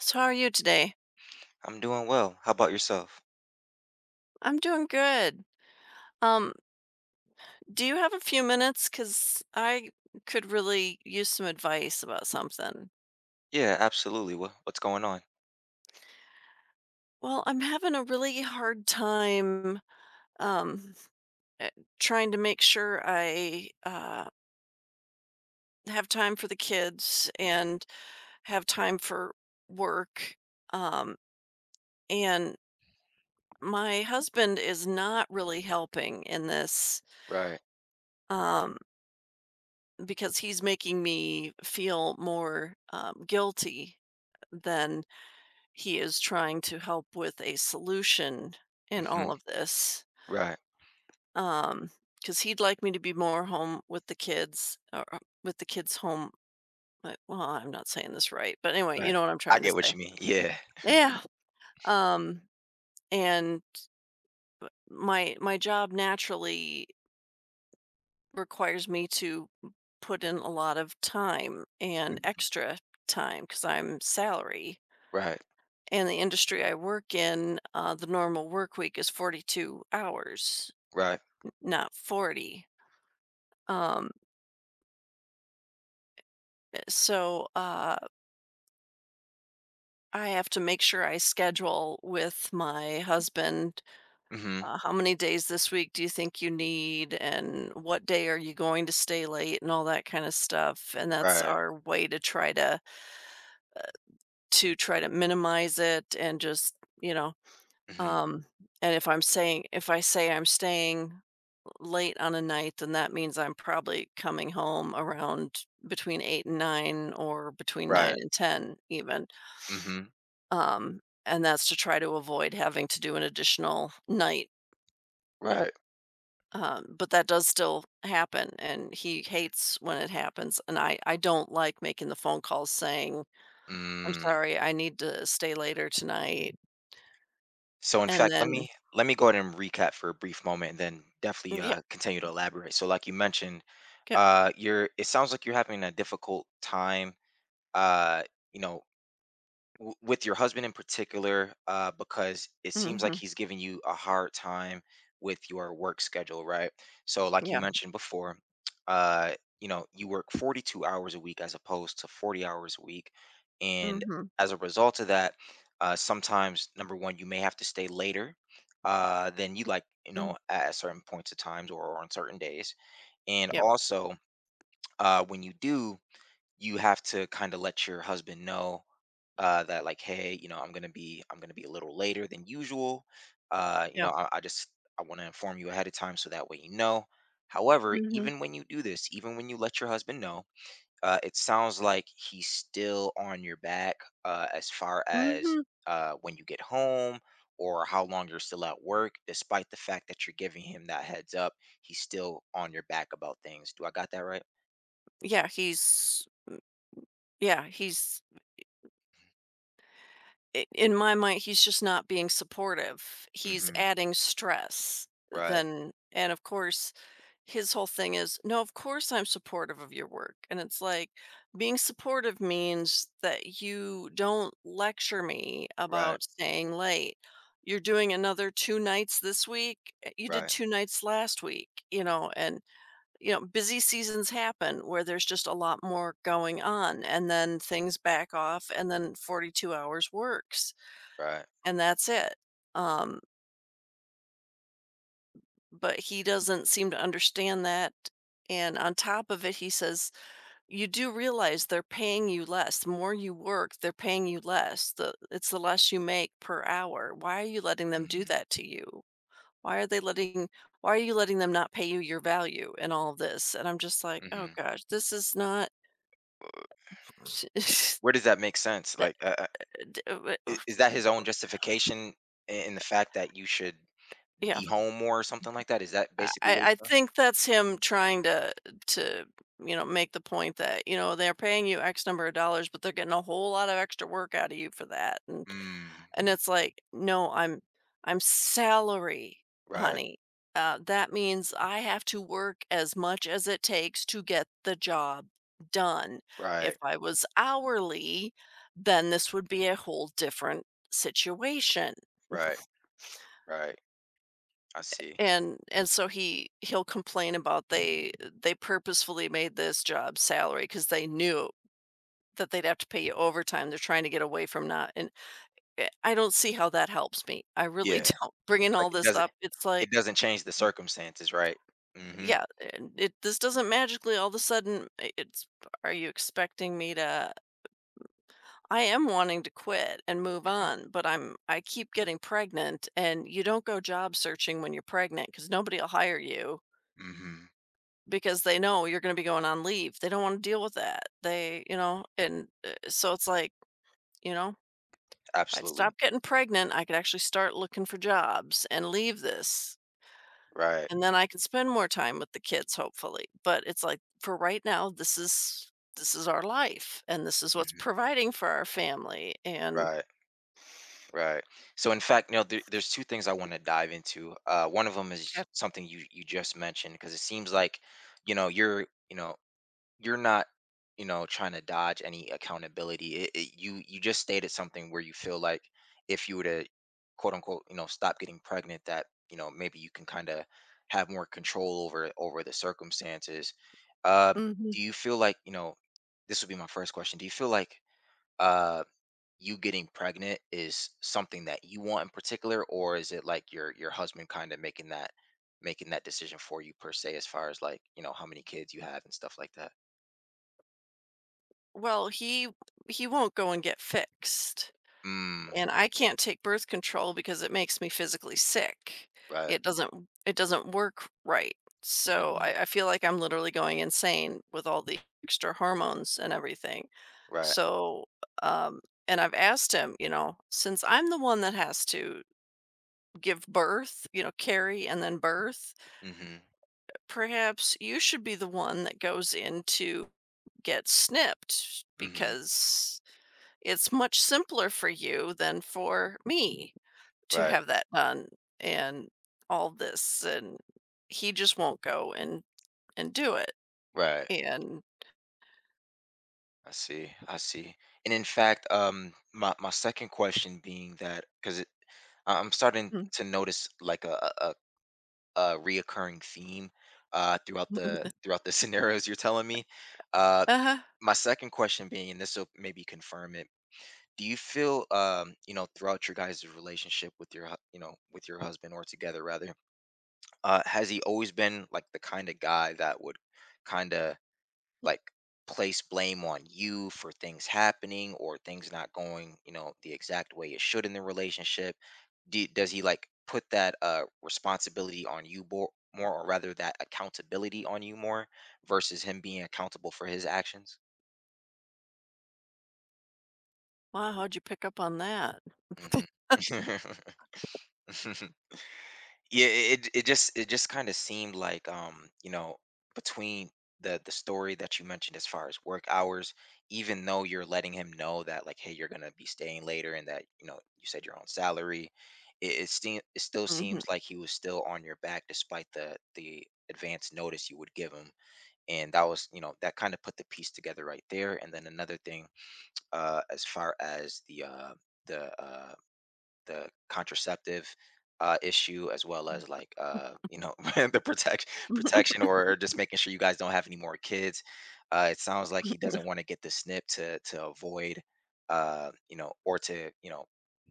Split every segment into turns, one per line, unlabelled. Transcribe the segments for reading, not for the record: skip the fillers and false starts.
So, how are you today?
I'm doing well. How about yourself?
I'm doing good. Um, do you have a few minutes? Because I could really use some advice about something.
Yeah, absolutely. What's going on?
Well, I'm having a really hard time um, eh, trying to make sure I have time for the kids and have time for work. Um, and my husband is not really helping in this.
Right.
Um, because he's making me feel more guilty than he is trying to help with a solution in
Hmm.
all of this.
Right.
Um, because he'd like me to be more home with the kids, or with the kids home. Well, I'm not saying this right, but anyway, you
Right.
know what I'm
I
trying to
get what
say.
you mean. Yeah.
Yeah. Um, and my job naturally requires me to put in a lot of time and
Mhm.
extra time because I'm salary.
Right.
And the industry I work in, the normal work week is 42 hours,
Right.
not 40. Um, so, I have to make sure I schedule with my husband
Hmm.
how many days this week do you think you need, and what day are you going to stay late, and all that kind of stuff. And that's
Right.
our way to try to try to minimize it and just you know.
Hmm.
Um, and if I say I'm staying late on a night, then that means I'm probably coming home around between 8 and 9 or between 9
Right.
and 10 even.
Hmm.
Um, and that's to try to avoid having to do an additional night.
Right.
But that does still happen, and he hates when it happens. And I don't like making the phone calls saying, I'm
Mm.
sorry, I need to stay later tonight.
So in
And
fact, let
then,
me let me go ahead and recap for a brief moment and then definitely
yeah,
continue to elaborate. So like you mentioned,
yep,
you're it sounds like you're having a difficult time uh you know with your husband in particular, because it seems like
mm-hmm,
he's giving you a hard time with your work schedule, right? So like you
yeah,
mentioned before, uh, you know, you work 42 hours a week as opposed to 40 hours a week. And
mm-hmm,
as a result of that, sometimes, number one, you may have to stay later than you like, you
mm,
know, at certain points of times or on certain days. And
yep,
also, when you do, you have to kind of let your husband know that like, hey, you know, I'm gonna be a little later than usual. You
yeah,
know, I just I want to inform you ahead of time so that way you know. However,
mm-hmm,
even when you do this, even when you let your husband know, it sounds like he's still on your back as far as
mm-hmm.
when you get home or how long you're still at work. Despite the fact that you're giving him that heads up, he's still on your back about things. Do I got that right?
Yeah, he's Yeah, he's I in my mind, he's just not being supportive. He's
Mm-hmm.
adding stress,
Right.
then, and of course, his whole thing is, "No, of course I'm supportive of your work," and it's like, being supportive means that you don't lecture me
Right.
about staying late. "You're doing another 2 nights this week? You did
Right.
2 nights last week," you know, and you know, busy seasons happen where there's just a lot more going on, and then things back off, and then 42 hours works,
Right.
and that's it. Um, but he doesn't seem to understand that. And on top of it, he says, you do realize they're paying you less. The more you work, they're paying you less. It's the less you make per hour. Why are you letting them do
Mm-hmm.
that to you? Why are they letting, why are you letting them not pay you your value and all of this? And I'm just like, oh
Mm-hmm.
gosh, this is not Sh sh
Where does that make sense?
that
Like,
d w
I-
oof
is that his own justification in the fact that you should
yeah,
be home more or something like that? Is that
I
basically
I
what he's
I
trying?
think that's him trying to, you know, make the point that, you know, they're paying you X number of dollars, but they're getting a whole lot of extra work out of you for that,
Mm,
and it's like, "No, I'm salary,
right,
honey. That means I have to work as much as it takes to get the job done. If
right,
I was hourly, then this would be a whole different situation."
right, right. I see.
And so he'll complain about they purposefully made this job salary because they knew that they'd have to pay you overtime, they're trying to get away from not, and, I don't see how that helps me, I really
Yeah,
don't. Bringing
like
all
it
this
doesn't,
up, it's like,
it doesn't change the circumstances, right? Mm-hmm.
yeah, and it this doesn't magically all of a sudden I it's, are you expecting me to I am wanting to quit and move
Mm-hmm.
on, but I keep getting pregnant, and you don't go job searching when you're pregnant because 'cause nobody'll hire you,
Mm-hmm.
because they know you're going to be going on leave. They don't want to deal with that. They, you know, and so it's like, you know, if I'd
Absolutely.
stop getting pregnant, I could actually start looking for jobs and leave this.
Right.
And then I could spend more time with the kids, hopefully. But it's like for right now, this is our life and this is what's
Mm-hmm.
providing for our family. And
Right. Right. So in fact, you know, there's two things I want to dive into. One of them is
yep.
something you just mentioned because it seems like, you know, you're, you know, you're not, you know, trying to dodge any accountability. You you just stated something where you feel like if you were to, quote unquote, you know, stop getting pregnant, that you know maybe you can kind of have more control over over the circumstances. um
Mhm.
do you feel like, you know, this would be my first question. Do you feel like, uh you getting pregnant is something that you want in particular, or is it like your husband kind of making that, making that decision for you per se, as far as like, you know, how many kids you have and stuff like that?
Well, he won't go and get fixed,
Mm,
and I can't take birth control because it makes me physically sick.
right.
It doesn't it doesn't work right. So
Mhm.
I feel like I'm literally going insane with all the extra hormones and everything.
Right.
So, um, and I've asked him, you know, since I'm the one that has to give birth, you know, carry and then birth,
Mhm.
perhaps you should be the one that goes in to get snipped
Mhm.
because it's much simpler for you than for me to
Right.
have that done, and all this, and he just won't go and do it,
Right.
and
I see. I see. And in fact, my my second question being that, because it, I'm starting to notice like a, a a reoccurring theme, throughout the scenarios you're telling me. Uh,
uh-huh.
my second question being, and this will maybe confirm it. Do you feel, you know, throughout your guys' relationship with your, you know, with your husband, or together rather, has he always been like the kind of guy that would kind of, like, place blame on you for things happening or things not going, you know, the exact way it should in the relationship? Do, does he like put that responsibility on you more, more, or rather that accountability on you more, versus him being accountable for his actions?
Wow, how'd you pick up on that?
Hmm. Yeah, it just kind of seemed like, you know, between the story that you mentioned as far as work hours, even though you're letting him know that like, hey, you're gonna be staying later, and that, you know, you said your own salary, it still
Hmm.
seems like he was still on your back despite the advance notice you would give him. And that was, you know, that kind of put the piece together right there. And then another thing, as far as the the uh the contraceptive issue, as well as like, you know, the protection, protection, or just making sure you guys don't have any more kids. It sounds like he doesn't want to get the snip to avoid, you know, or to, you know,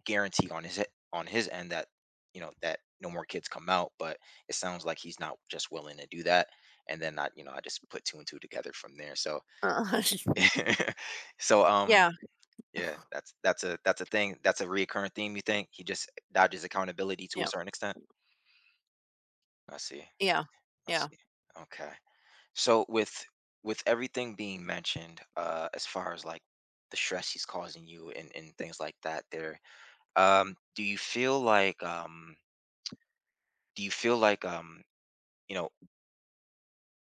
guarantee on his end that, you know, that no more kids come out, but it sounds like he's not just willing to do that. And then I, you know, I just put two and two together from there. So
uh,
so
yeah
yeah, that's a thing. That's a reoccurring theme, you think? He just dodges accountability to a
yeah
certain extent? I see. I
yeah.
see. I
Yeah.
see. Okay. So with everything being mentioned, as far as like the stress he's causing you, and things like that there, um, do you feel like um do you feel like, you know,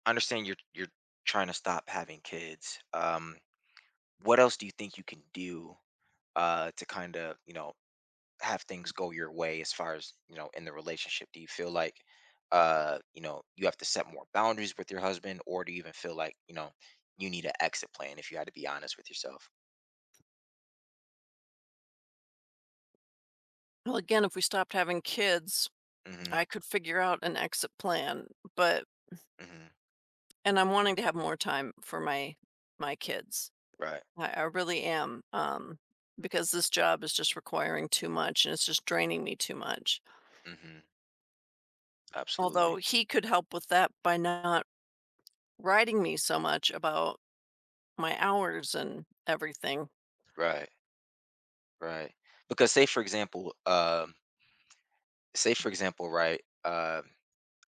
I understand you're trying to stop having kids. What else do you think you can do to kind of, you know, have things go your way, as far as you know, in the relationship? Do you feel like, you know, you have to set more boundaries with your husband, or do you even feel like, you know, you need an exit plan if you had to be honest with yourself?
Well, again, if we stopped having kids,
Mm-hmm.
I could figure out an exit plan, but,
Hmm.
and I'm wanting to have more time for my kids.
Right.
I really am, because this job is just requiring too much and it's just draining me too much.
Mm-hmm.
Although
Absolutely.
he could help with that by not writing me so much about my hours and everything.
Right. Right. Because say for example, right,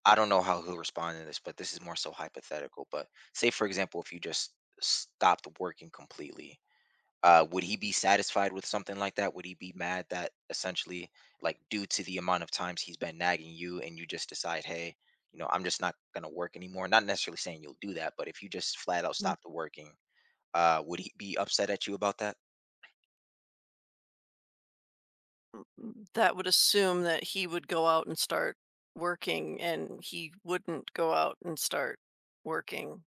I don't know how he'll respond to this, but this is more so hypothetical. But say for example, if you just stopped working completely, would he be satisfied with something like that? Would he be mad that essentially, like, due to the amount of times he's been nagging you, and you just decide, hey, you know, I'm just not going to work anymore? Not necessarily saying you'll do that, but if you just flat out
Mhm.
stopped working, would he be upset at you about that?
That would assume that he would go out and start working, and he wouldn't go out and start working.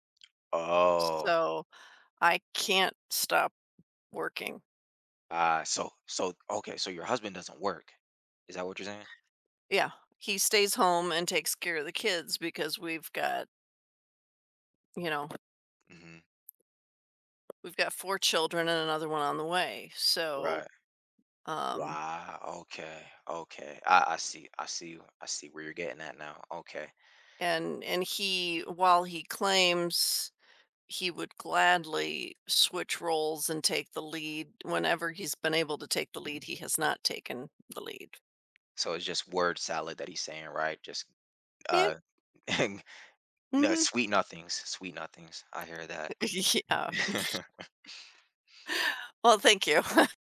Oh,
So I can't stop working.
okay, so your husband doesn't work. Is that what you're saying?
Yeah, he stays home and takes care of the kids because we've got, you know,
Hmm.
we've got 4 children and another one on the way. So,
Right.
um,
Wow. Okay. Okay. I see. I see. I see where you're getting at now. Okay.
and he, while he claims he would gladly switch roles and take the lead, whenever he's been able to take the lead, he has not taken the lead.
So it's just word salad that he's saying, right? Just
Yeah,
uh no,
mhm.
sweet nothings. Sweet nothings. I hear that.
Yeah. Well, thank you.